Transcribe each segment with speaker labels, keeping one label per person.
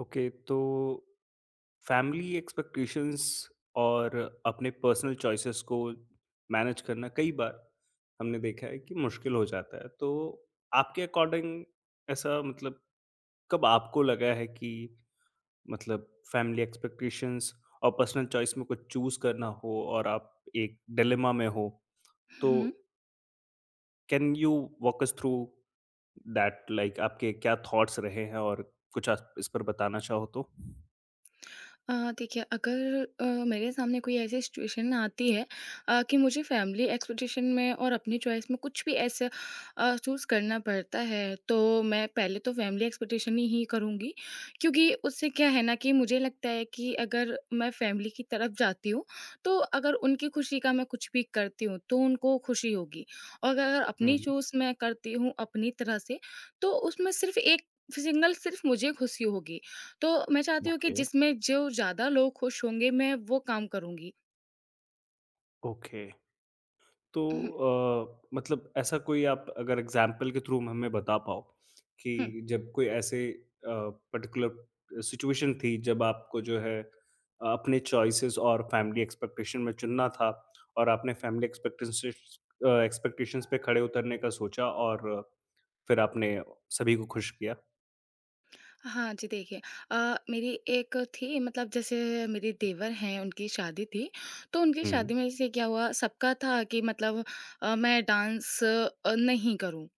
Speaker 1: Okay, तो family expectations और अपने पर्सनल चॉइसेस को मैनेज करना कई बार हमने देखा है कि मुश्किल हो जाता है। तो आपके अकॉर्डिंग ऐसा, मतलब, कब आपको लगा है कि, मतलब, फैमिली एक्सपेक्टेशंस और पर्सनल चॉइस में कुछ चूज करना हो और आप एक डिलेमा में हो, तो
Speaker 2: हुँ।
Speaker 1: Can you walk us through that, like, आपके क्या थॉट्स रहे हैं और कुछ आप इस पर बताना चाहो तो।
Speaker 2: अ, देखिए अगर मेरे सामने कोई ऐसी सिचुएशन आती है, कि मुझे फैमिली एक्सपेक्टेशन में और अपनी चॉइस में कुछ भी ऐसा चूज़ करना पड़ता है, तो मैं पहले तो फैमिली एक्सपेक्टेशन ही करूँगी। क्योंकि उससे क्या है ना कि मुझे लगता है कि अगर मैं फैमिली की तरफ जाती हूँ, तो अगर उनकी खुशी का मैं कुछ भी करती हूँ, तो उनको खुशी होगी। और अगर अपनी
Speaker 1: हम्म।
Speaker 2: चॉइस मैं करती हूँ अपनी तरह से, तो उसमें सिर्फ़ एक सिंगल सिर्फ़ मुझे खुशी होगी। तो मैं चाहती हूँ कि
Speaker 1: ओके,
Speaker 2: जिसमें जो ज़्यादा लोग खुश होंगे, मैं वो काम करूँगी।
Speaker 1: ओके। तो
Speaker 2: हुँ,
Speaker 1: मतलब ऐसा कोई आप अगर एग्ज़ाम्पल के थ्रू हमें बता पाओ कि
Speaker 2: हुँ।
Speaker 1: जब कोई ऐसे पर्टिकुलर सिचुएशन थी जब आपको जो है, अपने चॉइसेस और फैमिली एक्सपेक्टेशन में चुनना था और आपने फैमिली एक्सपेक्टेशंस पे खड़े उतरने का सोचा और फिर आपने सभी को खुश किया।
Speaker 2: हाँ जी, देखिए मेरी एक थी मतलब जैसे मेरे देवर हैं, उनकी शादी थी, तो उनकी
Speaker 1: हुँ,
Speaker 2: शादी में जैसे क्या हुआ सबका था कि मतलब मैं डांस नहीं करूँ।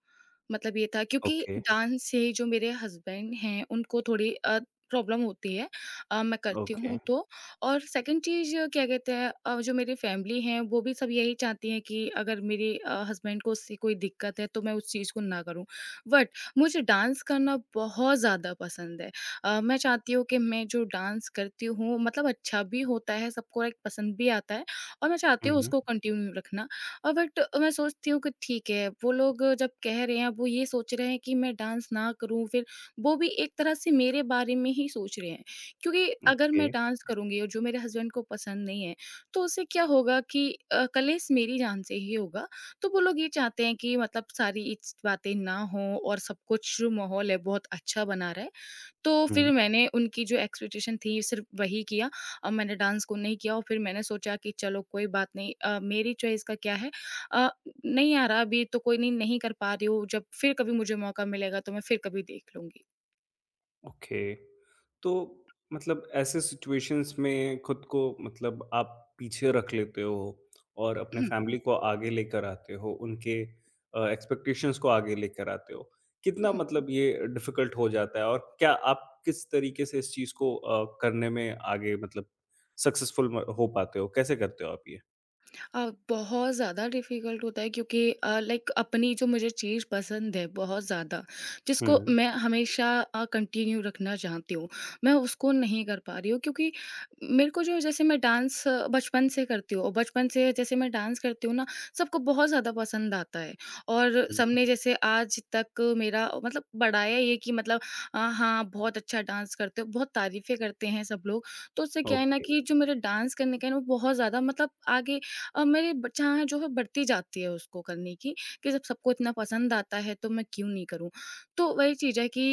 Speaker 2: मतलब ये था क्योंकि
Speaker 1: ओके,
Speaker 2: डांस से जो मेरे हस्बैंड हैं उनको थोड़ी प्रॉब्लम होती है मैं करती
Speaker 1: ओके।
Speaker 2: हूँ तो और सेकंड चीज़ क्या कहते हैं, जो मेरी फैमिली है वो भी सब यही चाहती हैं कि अगर मेरे हस्बैंड को उससे कोई दिक्कत है तो मैं उस चीज़ को ना करूँ, बट मुझे डांस करना बहुत ज़्यादा पसंद है। मैं चाहती हूँ कि मैं जो डांस करती हूँ मतलब अच्छा भी होता है सबको, एक पसंद भी आता है और मैं चाहती हूँ
Speaker 1: हुँ,
Speaker 2: उसको कंटिन्यू रखना। बट मैं सोचती हूँ कि ठीक है, वो लोग जब कह रहे हैं, अब वो ये सोच रहे हैं कि मैं डांस ना करूँ, फिर वो भी एक तरह से मेरे बारे में ही सोच रहे हैं। क्योंकि अगर
Speaker 1: ओके,
Speaker 2: मैं डांस करूँगी और जो मेरे हस्बैंड को पसंद नहीं है, तो उससे क्या होगा कि कलेश मेरी जान से ही होगा। तो वो लोग ये चाहते हैं कि मतलब सारी इस बातें ना हों और सब कुछ जो माहौल है, बहुत अच्छा बना रहे। तो
Speaker 1: हुँ।
Speaker 2: फिर मैंने उनकी जो एक्सपेक्टेशन थी सिर्फ़ वही किया। मैंने डांस को नहीं किया और फिर मैंने सोचा कि चलो कोई बात नहीं, मेरी चॉइस का क्या है, अ, नहीं आ रहा अभी तो कोई नहीं, नहीं कर पा रही हूँ, जब फिर कभी मुझे मौका मिलेगा तो मैं फिर कभी देख लूँगी।
Speaker 1: ओके। तो मतलब ऐसे सिचुएशंस में खुद को, मतलब, आप पीछे रख लेते हो और अपने फैमिली को आगे लेकर आते हो, उनके एक्सपेक्टेशंस को आगे लेकर आते हो। कितना, मतलब, ये डिफ़िकल्ट हो जाता है और क्या आप किस तरीके से इस चीज़ को करने में आगे, मतलब, सक्सेसफुल म हो पाते हो? कैसे करते हो आप ये?
Speaker 2: अ, बहुत ज़्यादा डिफ़िकल्ट होता है क्योंकि लाइक अपनी जो मुझे चीज़ पसंद है बहुत ज़्यादा, जिसको
Speaker 1: हुँ,
Speaker 2: मैं हमेशा कंटिन्यू रखना चाहती हूँ, मैं उसको नहीं कर पा रही हूँ क्योंकि मेरे को जो जैसे मैं डांस बचपन से करती हूँ और बचपन से जैसे मैं डांस करती हूँ ना, सबको बहुत ज़्यादा पसंद आता है और
Speaker 1: हुँ,
Speaker 2: सबने जैसे आज तक मेरा मतलब बढ़ाया ये कि मतलब हाँ, बहुत अच्छा डांस करते हो, बहुत तारीफ़ें करते हैं सब लोग। तो उससे क्या है ना
Speaker 1: ओके।
Speaker 2: कि जो मेरा डांस करने का है ना वो बहुत ज़्यादा मतलब आगे मेरी ब चाह जो है बढ़ती जाती है उसको करने की, कि जब सबको इतना पसंद आता है तो मैं क्यों नहीं करूँ? तो वही चीज़ है कि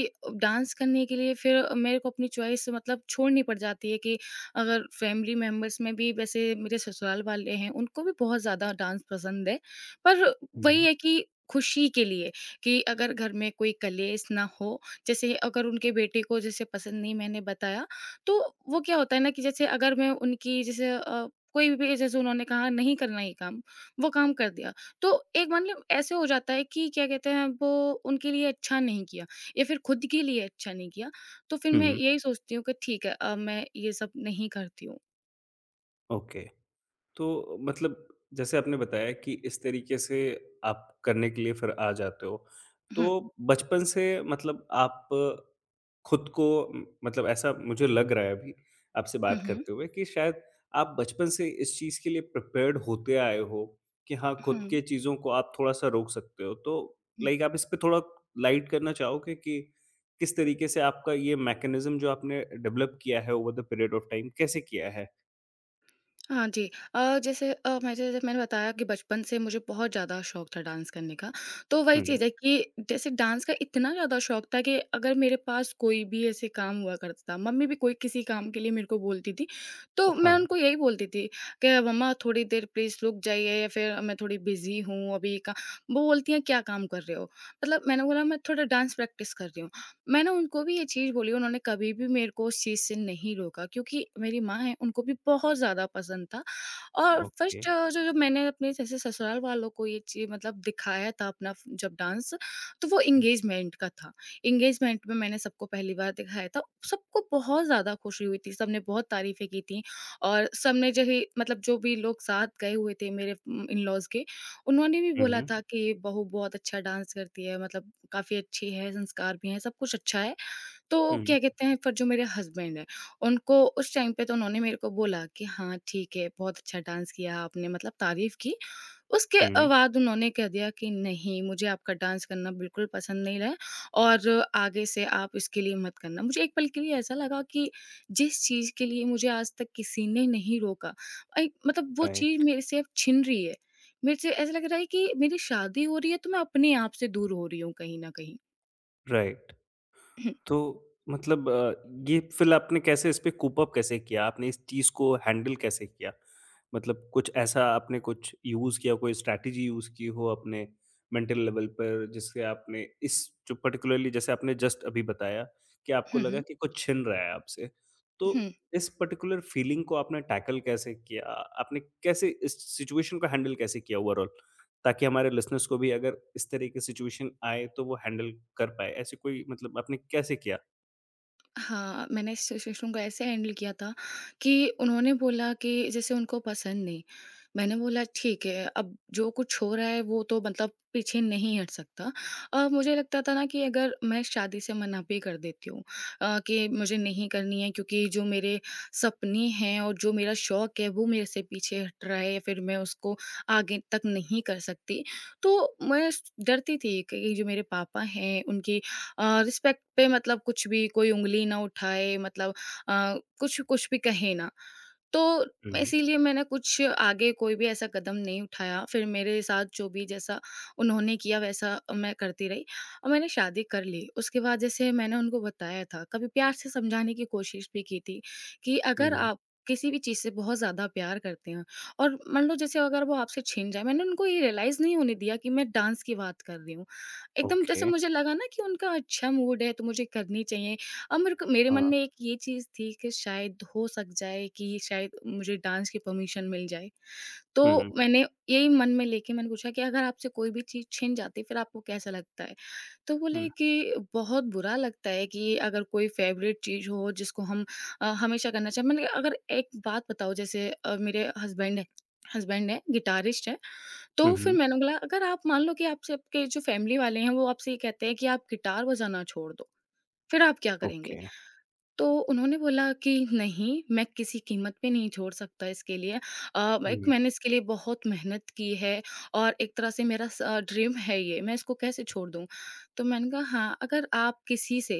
Speaker 2: डांस करने के लिए फिर मेरे को अपनी चॉइस मतलब छोड़नी पड़ जाती है कि अगर फैमिली मेंबर्स में भी वैसे मेरे ससुराल वाले हैं, उनको भी बहुत ज़्यादा डांस पसंद है। पर वही
Speaker 1: हुँ,
Speaker 2: है कि खुशी के लिए कि अगर घर में कोई कलेश ना हो, जैसे अगर उनके बेटे को जैसे पसंद नहीं मैंने बताया, तो वो क्या होता है ना कि जैसे अगर मैं उनकी जैसे कोई भी जैसे उन्होंने कहा नहीं करना ये काम, वो काम कर दिया। तो एक मतलब ऐसे हो जाता है कि क्या कहते हैं वो उनके लिए अच्छा नहीं किया या फिर खुद के लिए अच्छा नहीं किया। तो फिर मैं
Speaker 1: हुँ,
Speaker 2: यही सोचती हूँ कि ठीक है, अब मैं ये सब नहीं करती हूँ।
Speaker 1: ओके। तो मतलब जैसे आपने बताया कि इस तरीके से आप करने के लिए फिर आ जाते हो।
Speaker 2: हुँ।
Speaker 1: तो बचपन से, मतलब, आप खुद को म मतलब ऐसा मुझे लग रहा है अभी आपसे
Speaker 2: हुँ,
Speaker 1: बात
Speaker 2: हुँ।
Speaker 1: करते हुए कि शायद आप बचपन से इस चीज़ के लिए प्रिपेयर्ड होते आए हो कि हाँ, खुद
Speaker 2: हुँ।
Speaker 1: के चीज़ों को आप थोड़ा-सा रोक सकते हो। तो, लाइक, आप इस पे थोड़ा लाइट करना चाहोगे कि किस तरीके से आपका ये मैकेनिज़्म जो आपने डेवलप किया है over the period of time कैसे किया है?
Speaker 2: हाँ जी। जैसे मैं जैसे मैंने बताया कि बचपन से मुझे बहुत ज़्यादा शौक था डांस करने का। तो वही
Speaker 1: हुँ,
Speaker 2: चीज़ है कि जैसे डांस का इतना ज़्यादा शौक था कि अगर मेरे पास कोई भी ऐसे काम हुआ करता था, मम्मी भी कोई किसी काम के लिए मेरे को बोलती थी, तो मैं
Speaker 1: हाँ,
Speaker 2: उनको यही बोलती थी कि मम्मा थोड़ी देर प्लीज़ रुक जाइए या फिर मैं थोड़ी बिज़ी हूँ अभी का, वो बोलती हैं, "क्या काम कर रहे हो?" मतलब मैंने बोला, "मैं थोड़ा डांस प्रैक्टिस कर रही हूँ।" मैंने उनको भी ये चीज़ बोली, उन्होंने कभी भी मेरे को उस चीज़ से नहीं रोका क्योंकि मेरी माँ हैं, उनको भी बहुत ज़्यादा पसंद था। और
Speaker 1: ओके।
Speaker 2: फर्स्ट जो जो मैंने अपने जैसे ससुराल वालों को ये चीज़ मतलब दिखाया था अपना फ जब डांस, तो वो
Speaker 1: हुँ,
Speaker 2: एंगेजमेंट का था। एंगेजमेंट में मैंने सबको पहली बार दिखाया था। सबको बहुत ज़्यादा खुशी हुई थी, सबने बहुत तारीफ़ें की थी और सबने जो ही मतलब जो भी लोग साथ गए हुए थे मेरे इन-लॉज़ के, उन्होंने भी बोला
Speaker 1: हुँ,
Speaker 2: था कि, "बहू बहुत अच्छा डांस करती है, मतलब काफ़ी अच्छी है, संस्कार भी हैं, सब कुछ अच्छा है।" तो
Speaker 1: हुँ,
Speaker 2: क्या कहते हैं फिर जो मेरे हस्बैंड हैं, उनको उस टाइम पे तो उन्होंने मेरे को बोला कि हाँ, ठीक है, बहुत अच्छा डांस किया आपने मतलब तारीफ़ की। उसके
Speaker 1: हुँ,
Speaker 2: बाद उन्होंने कह दिया कि नहीं, मुझे आपका डांस करना बिल्कुल पसंद नहीं रहा है और आगे से आप इसके लिए मत करना। मुझे एक पल के लिए ऐसा लगा कि जिस चीज़ के लिए मुझे आज तक किसी ने नहीं रोका, अई मतलब वो चीज़
Speaker 1: राइट,
Speaker 2: मेरे से अब छिन रही है। मेरे से ऐसा लग रहा है कि मेरी शादी हो रही है तो मैं अपने आप से दूर हो रही हूँ कहीं न कहीं।
Speaker 1: राइट। तो मतलब, ये फ़िर आपने कैसे इस पे कूप अप कैसे किया? आपने इस चीज़ को हैंडल कैसे किया? मतलब कुछ ऐसा आपने कुछ यूज़ किया, कोई स्ट्रैटेजी यूज़ की हो अपने मेंटल लेवल पर जिससे आपने इस जो पर्टिकुलरली जैसे आपने जस्ट अभी बताया कि आपको
Speaker 2: हुँ, हुँ,
Speaker 1: लगा
Speaker 2: हुँ।
Speaker 1: कि कुछ छिन रहा है आपसे, तो
Speaker 2: हुँ।
Speaker 1: इस पर्टिकुलर फीलिंग को आपने टैकल कैसे किया? आपने कैसे इस सिचुएशन को हैंडल कैसे किया ओवरऑल? ताकि हमारे लिसनर्स को भी अगर इस तरह की सिचुएशन आए तो वो हैंडल कर पाएँ, ऐसे कोई मतलब आपने कैसे किया?
Speaker 2: हाँ, मैंने इस सिचुएशन को ऐसे हैंडल किया था कि उन्होंने बोला कि जैसे उनको पसंद नहीं। मैंने बोला ठीक है, अब जो कुछ हो रहा है वो तो मतलब पीछे नहीं हट सकता। मुझे लगता था ना कि अगर मैं शादी से मना भी कर देती हूँ, कि मुझे नहीं करनी है क्योंकि जो मेरे सपने हैं और जो मेरा शौक है वो मेरे से पीछे हट रहा है या फिर मैं उसको आगे तक नहीं कर सकती। तो मैं डरती थी कि जो मेरे पापा हैं उनकी रिस्पेक्ट पे मतलब कुछ भी कोई उँगली ना उठाए, मतलब कुछ कुछ भी कहे ना। तो
Speaker 1: हुँ,
Speaker 2: इसीलिए मैंने कुछ आगे कोई भी ऐसा कदम नहीं उठाया, फिर मेरे साथ जो भी जैसा उन्होंने किया वैसा मैं करती रही और मैंने शादी कर ली। उसके बाद जैसे मैंने उनको बताया था, कभी प्यार से समझाने की कोशिश भी की थी कि अगर
Speaker 1: हुँ,
Speaker 2: आप किसी भी चीज़ से बहुत ज़्यादा प्यार करते हैं और मान लो जैसे अगर वो आपसे छिन जाए, मैंने उनको ये रियलाइज़ नहीं होने दिया कि मैं डांस की बात कर रही हूँ। एकदम जैसे
Speaker 1: ओके,
Speaker 2: मुझे लगा ना कि उनका अच्छा मूड है तो मुझे करनी चाहिए, अब मेरे को मेरे मन
Speaker 1: हाँ,
Speaker 2: में एक ये चीज़ थी कि शायद हो सक जाए कि शायद मुझे डांस की परमिशन मिल जाए। तो
Speaker 1: हुँ,
Speaker 2: मैंने यही मन में लेके मैंने पूछा कि अगर आपसे कोई भी चीज़ छिन जाती है, फिर आपको कैसा लगता है? तो
Speaker 1: हुँ,
Speaker 2: बोले कि बहुत बुरा लगता है कि अगर कोई फ़ेवरेट चीज़ हो जिसको हम हमेशा करना चाहें, मैंने कहा अगर एक बात बताओ जैसे मेरे हस्बैंड हैं, गिटारिस्ट हैं।
Speaker 1: हुँ,
Speaker 2: तो फिर
Speaker 1: हुँ,
Speaker 2: मैंने बोला अगर आप मान लो कि आपसे आपके जो फ़ैमिली वाले हैं वो आपसे ये कहते हैं कि आप गिटार बजाना छोड़ दो, फिर आप क्या करेंगे?
Speaker 1: ओके,
Speaker 2: तो उन्होंने बोला कि नहीं, मैं किसी कीमत पे नहीं छोड़ सकता इसके लिए। अ, एक
Speaker 1: हुँ,
Speaker 2: मैंने इसके लिए बहुत मेहनत की है और एक तरह से मेरा स ड्रीम है ये, मैं इसको कैसे छोड़ दूँ? तो मैंने कहा हाँ, अगर आप किसी से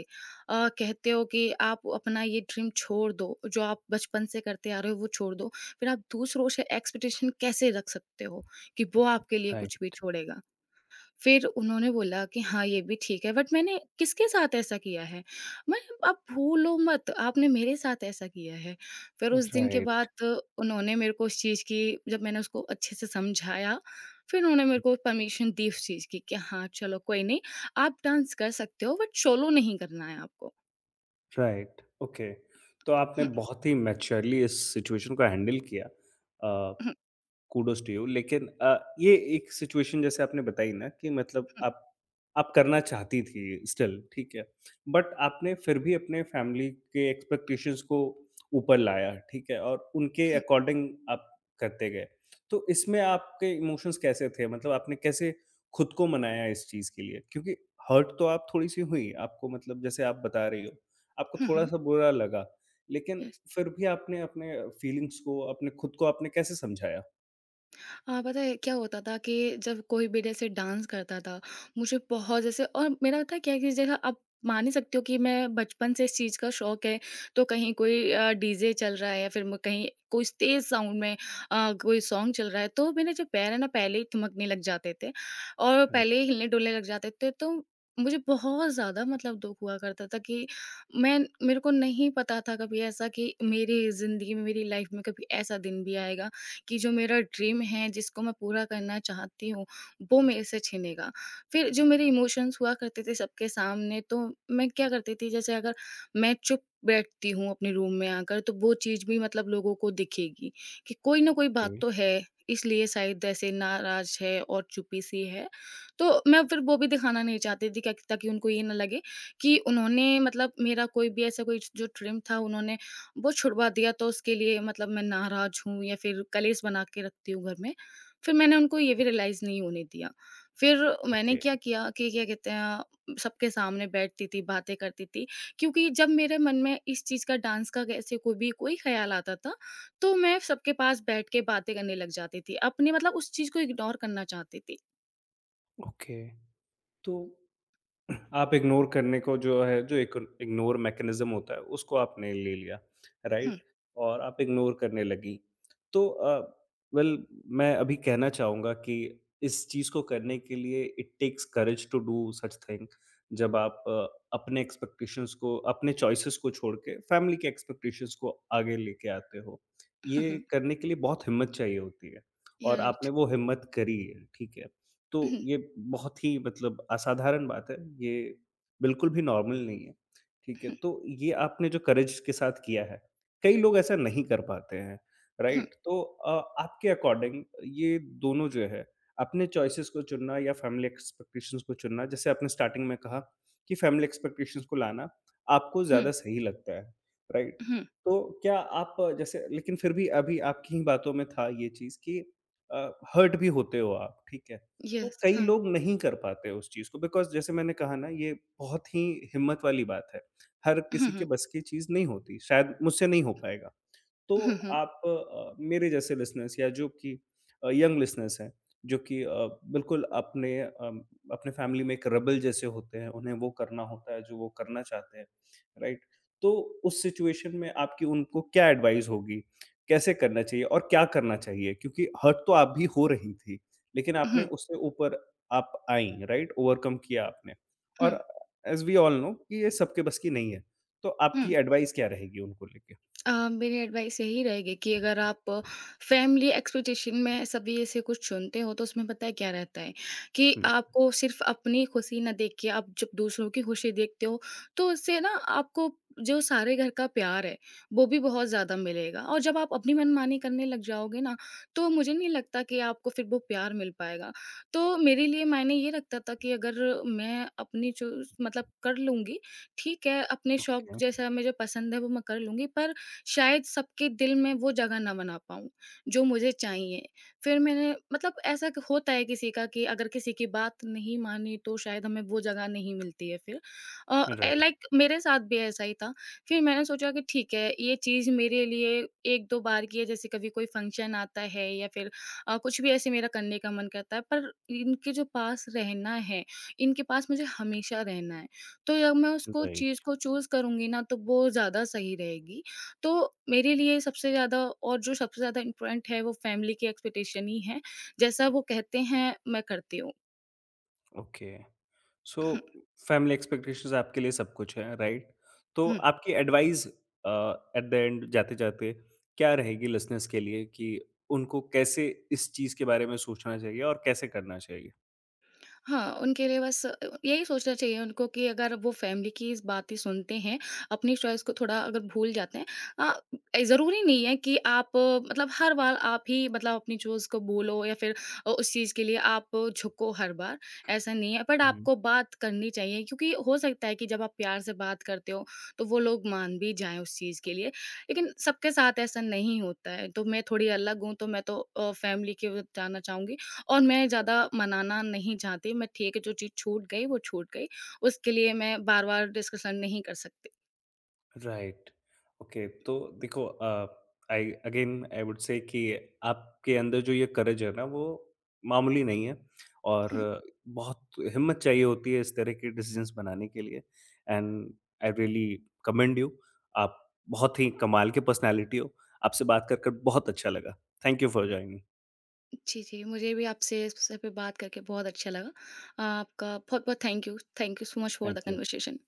Speaker 2: कहते हो कि आप अपना ये ड्रीम छोड़ दो, जो आप बचपन से करते आ रहे हो वो छोड़ दो, फिर आप दूसरों से एक्सपेक्टेशन कैसे रख सकते हो कि वो आपके लिए कुछ
Speaker 1: राइट।
Speaker 2: भी छोड़ेगा? फिर उन्होंने बोला कि हाँ, ये भी ठीक है, बट मैंने किसके साथ ऐसा किया है? मैं आप भूलो मत, आपने मेरे साथ ऐसा किया है। फिर उस दिन के
Speaker 1: राइट,
Speaker 2: बाद उन्होंने मेरे को उस चीज़ की, जब मैंने उसको अच्छे से समझाया, फिर उन्होंने मेरे को परमिशन दी उस चीज़ की कि हाँ, चलो कोई नहीं, आप डांस कर सकते हो बट सोलो नहीं करना है आपको।
Speaker 1: Right, okay. तो आपने
Speaker 2: हुँ,
Speaker 1: बहुत ही मैच्योरली इस सिचुएशन को हैंडल किया। अ
Speaker 2: हुँ,
Speaker 1: कूडोज़ टू यू, लेकिन ये एक सिचुएशन जैसे आपने बताई ना कि मतलब आप करना चाहती थी, स्टिल ठीक है। बट आपने फिर भी अपने फैमिली के एक्सपेक्टेशंस को ऊपर लाया, ठीक है? और उनके
Speaker 2: हुँ,
Speaker 1: अकॉर्डिंग आप करते गए। तो इसमें आपके इमोशंस कैसे थे? मतलब आपने कैसे खुद को मनाया इस चीज़ के लिए? क्योंकि हर्ट तो आप थोड़ी-सी हुई, आपको, मतलब, जैसे आप बता रही हो, आपको
Speaker 2: हुँ, हुँ,
Speaker 1: थोड़ा-सा बुरा लगा। लेकिन
Speaker 2: यस।
Speaker 1: फिर भी आपने अपने फीलिंग्स को, अपने खुद को आपने कैसे समझाया?
Speaker 2: हाँ, पता है क्या होता था कि जब कोई भी जैसे डांस करता था, मुझे बहुत जैसे, और मेरा पता है क्या है कि जैसे आप मान ही सकते हो कि मैं बचपन से इस चीज़ का शौक है। तो कहीं कोई डीजे चल रहा है या फिर म कहीं कुछ तेज़ साउंड में कोई सॉन्ग चल रहा है, तो मेरे जो पैर हैं ना पहले ही थमकने लग जाते थे और पहले ही हिलने-डुलने लग जाते थे। तो मुझे बहुत ज़्यादा मतलब दुःख हुआ करता था कि मैं मेरे को नहीं पता था कभी ऐसा, कि मेरी ज़िंदगी में, मेरी लाइफ़ में कभी ऐसा दिन भी आएगा कि जो मेरा ड्रीम है, जिसको मैं पूरा करना चाहती हूँ, वो मेरे से छिनेगा। फिर जो मेरे इमोशंस हुआ करते थे सबके सामने, तो मैं क्या करती थी, जैसे अगर मैं चुप बैठती हूँ अपने रूम में आकर, तो वो चीज़ भी मतलब लोगों को दिखेगी कि कोई ना कोई
Speaker 1: ओके,
Speaker 2: बात तो है, इसलिए शायद ऐसे नाराज़ है और चुपी सी है। तो मैं फिर वो भी दिखाना नहीं चाहती थी क्या, ताकि उनको ये ना लगे कि उन्होंने मतलब मेरा कोई भी ऐसा, कोई जो ड्रीम था, उन्होंने वो छुड़वा दिया, तो उसके लिए मतलब मैं नाराज़ हूँ या फिर कलेश बना के रखती हूँ घर में। फिर मैंने उनको ये भी रियलाइज़ नहीं होने दिया। फिर मैंने
Speaker 1: ओके,
Speaker 2: क्या किया कि क्या कहते हैं, सबके सामने बैठती थी, बातें करती थी, क्योंकि जब मेरे मन में इस चीज़ का, डांस का, ऐसे कोई भी कोई ख़्याल आता था, तो मैं सबके पास बैठ के बातें करने लग जाती थी। अपने मतलब उस चीज़ को इग्नोर करना चाहती थी।
Speaker 1: ओके। तो आप इग्नोर करने को जो है, जो एक इग्नोर मैकेनिज़्म होता है उसको आपने ले लिया,
Speaker 2: हुँ,
Speaker 1: राइट? और आप इग्नोर करने लगी। तो वेल, मैं अभी कहना चाहूँगा कि इस चीज़ को करने के लिए it takes courage to do such thing, जब आप अपने एक्सपेक्टेशंस को, अपने चॉइसेस को छोड़ के फैमिली के एक्सपेक्टेशंस को आगे लेके आते हो।
Speaker 2: हुँ,
Speaker 1: ये
Speaker 2: हुँ।
Speaker 1: करने के लिए बहुत हिम्मत चाहिए होती है
Speaker 2: यू आर
Speaker 1: और आपने
Speaker 2: राइट।
Speaker 1: वो हिम्मत करी है, ठीक है। तो
Speaker 2: हुँ,
Speaker 1: ये बहुत ही, मतलब, असाधारण बात है, ये बिल्कुल भी नॉर्मल नहीं है, ठीक है? तो ये आपने जो करेज के साथ किया है, कई लोग ऐसा नहीं कर पाते हैं,
Speaker 2: हुँ,
Speaker 1: राइट? तो आपके अकॉर्डिंग ये दोनों जो है, अपने चॉइसेस को चुनना या फैमिली एक्सपेक्टेशंस को चुनना, जैसे आपने स्टार्टिंग में कहा कि फैमिली एक्सपेक्टेशंस को लाना आपको
Speaker 2: हुँ,
Speaker 1: ज़्यादा सही लगता है, राइट?
Speaker 2: हुँ, हुँ।
Speaker 1: तो क्या आप, जैसे, लेकिन फिर भी अभी आपकी ही बातों में था ये चीज़ कि हर्ट भी होते हो आप, ठीक है? तो
Speaker 2: येस,
Speaker 1: कई
Speaker 2: हाँ।
Speaker 1: लोग नहीं कर पाते उस चीज़ को बिकॉज़ जैसे मैंने कहा ना ये बहुत ही हिम्मत वाली बात है। हर
Speaker 2: हुँ,
Speaker 1: किसी के
Speaker 2: हुँ,
Speaker 1: बस की चीज़ नहीं होती, शायद मुझसे नहीं हो पाएगा। तो
Speaker 2: हुँ, हुँ,
Speaker 1: आप, मेरे जैसे लिसनर्स या जो कि यंग लिसनर्स हैं, जो कि बिल्कुल अपने, अपने फैमिली में एक रेबेल जैसे होते हैं, उन्हें वो करना होता है जो वो करना चाहते हैं, राइट? तो उस सिचुएशन में आपकी उनको क्या एडवाइस होगी? कैसे करना चाहिए और क्या करना चाहिए? क्योंकि हर्ट तो आप भी हो रही थी, लेकिन आपने
Speaker 2: हुँ,
Speaker 1: उससे ऊपर आप आईं, राइट? ओवरकम किया आपने,
Speaker 2: हुँ,
Speaker 1: और एज़ वी ऑल नो कि ये सबके बस की नहीं है। तो आपकी
Speaker 2: हुँ।
Speaker 1: एडवाइस क्या रहेगी उनको लेके?
Speaker 2: मेरी एडवाइस यही रहेगी कि अगर आप फैमिली एक्सपेक्टेशन में सभी ऐसे कुछ चुनते हो, तो उसमें पता है क्या रहता है कि आपको सिर्फ अपनी खुशी ना देख के आप जब दूसरों की खुशी देखते हो, तो उससे ना, आपको जो सारे घर का प्यार है वो भी बहुत ज्यादा मिलेगा। और जब आप अपनी मनमानी करने लग जाओगे ना, तो मुझे नहीं लगता कि आपको फिर वो प्यार मिल पाएगा। तो मेरे लिए मैंने ये रखता था कि अगर मैं अपनी जो मतलब कर लूंगी, ठीक है, अपने शौक
Speaker 1: हुँ।
Speaker 2: जैसा मुझे पसंद है वो मैं कर लूंगी, पर शायद सबके दिल में वो जगह ना बना पाऊँ, जो मुझे चाहिए। फिर मैंने मतलब ऐसा क होता है किसी का, कि अगर किसी की बात नहीं मानी, तो शायद हमें वो जगह नहीं मिलती है फिर। ए
Speaker 1: राइट,
Speaker 2: लाइक मेरे साथ भी ऐसा ही था। फिर मैंने सोचा कि ठीक है, ये चीज़ मेरे लिए 1-2 बार की है, जैसे कभी कोई फंक्शन आता है या फिर कुछ भी ऐसे मेरा करने का मन करता है, पर इनके जो पास रहना है, इनके पास मुझे हमेशा रहना है। तो जब मैं उसको चीज़
Speaker 1: राइट,
Speaker 2: को चूज़ करूँगी ना, तो वो ज़्यादा सही रहेगी। तो मेरे लिए सबसे ज़्यादा, और जो सबसे ज़्यादा इम्पोर्टेंट है, वो फैमिली की एक्सपेक्टेशन ही है। जैसा वो कहते हैं मैं करती हूँ।
Speaker 1: ओके। सो
Speaker 2: हुँ,
Speaker 1: फैमिली एक्सपेक्टेशंस आपके लिए सब कुछ है, राइट? तो
Speaker 2: हुँ।
Speaker 1: आपकी एडवाइस, अ, एट द एंड जाते-जाते, क्या रहेगी लिसनर्स के लिए कि उनको कैसे इस चीज़ के बारे में सोचना चाहिए और कैसे करना चाहिए?
Speaker 2: हाँ, उनके लिए बस यही सोचना चाहिए उनको कि अगर वो फैमिली की इस बात ही सुनते हैं, अपनी चॉइस को थोड़ा अगर भूल जाते हैं, अ, ज़रूरी नहीं है कि आप मतलब हर बार आप ही मतलब अपनी चॉइस को बोलो या फिर उस चीज़ के लिए आप झुको हर बार, ऐसा नहीं है। बट
Speaker 1: हुँ।
Speaker 2: आपको बात करनी चाहिए, क्योंकि हो सकता है कि जब आप प्यार से बात करते हो, तो वो लोग मान भी जाएँ उस चीज़ के लिए। लेकिन सबके साथ ऐसा नहीं होता है, तो मैं थोड़ी अलग हूँ, तो मैं तो फैमिली की ओर जाना चाहूँगी। और मैं ज़्यादा मनाना नहीं चाहती, मैं ठीक है जो चीज़ छूट गई वो छूट गई, उसके लिए मैं बार-बार डिस्कशन नहीं कर सकती।
Speaker 1: राइट। ओके, तो देखो, I again, I would say कि आपके अंदर जो ये करेज है ना, वो मामूली नहीं है और
Speaker 2: हुँ,
Speaker 1: बहुत हिम्मत चाहिए होती है इस तरह के डिसीजंस बनाने के लिए, and I really commend you. आप बहुत ही कमाल की पर्सनैलिटी हो। आपसे बात कर बहुत अच्छा लगा। Thank you for joining.
Speaker 2: जी, जी, मुझे भी आपसे इस विषय पे बात करके बहुत अच्छा लगा। आपका बहुत-बहुत thank you. Thank you so much for the
Speaker 1: thank you.
Speaker 2: Conversation.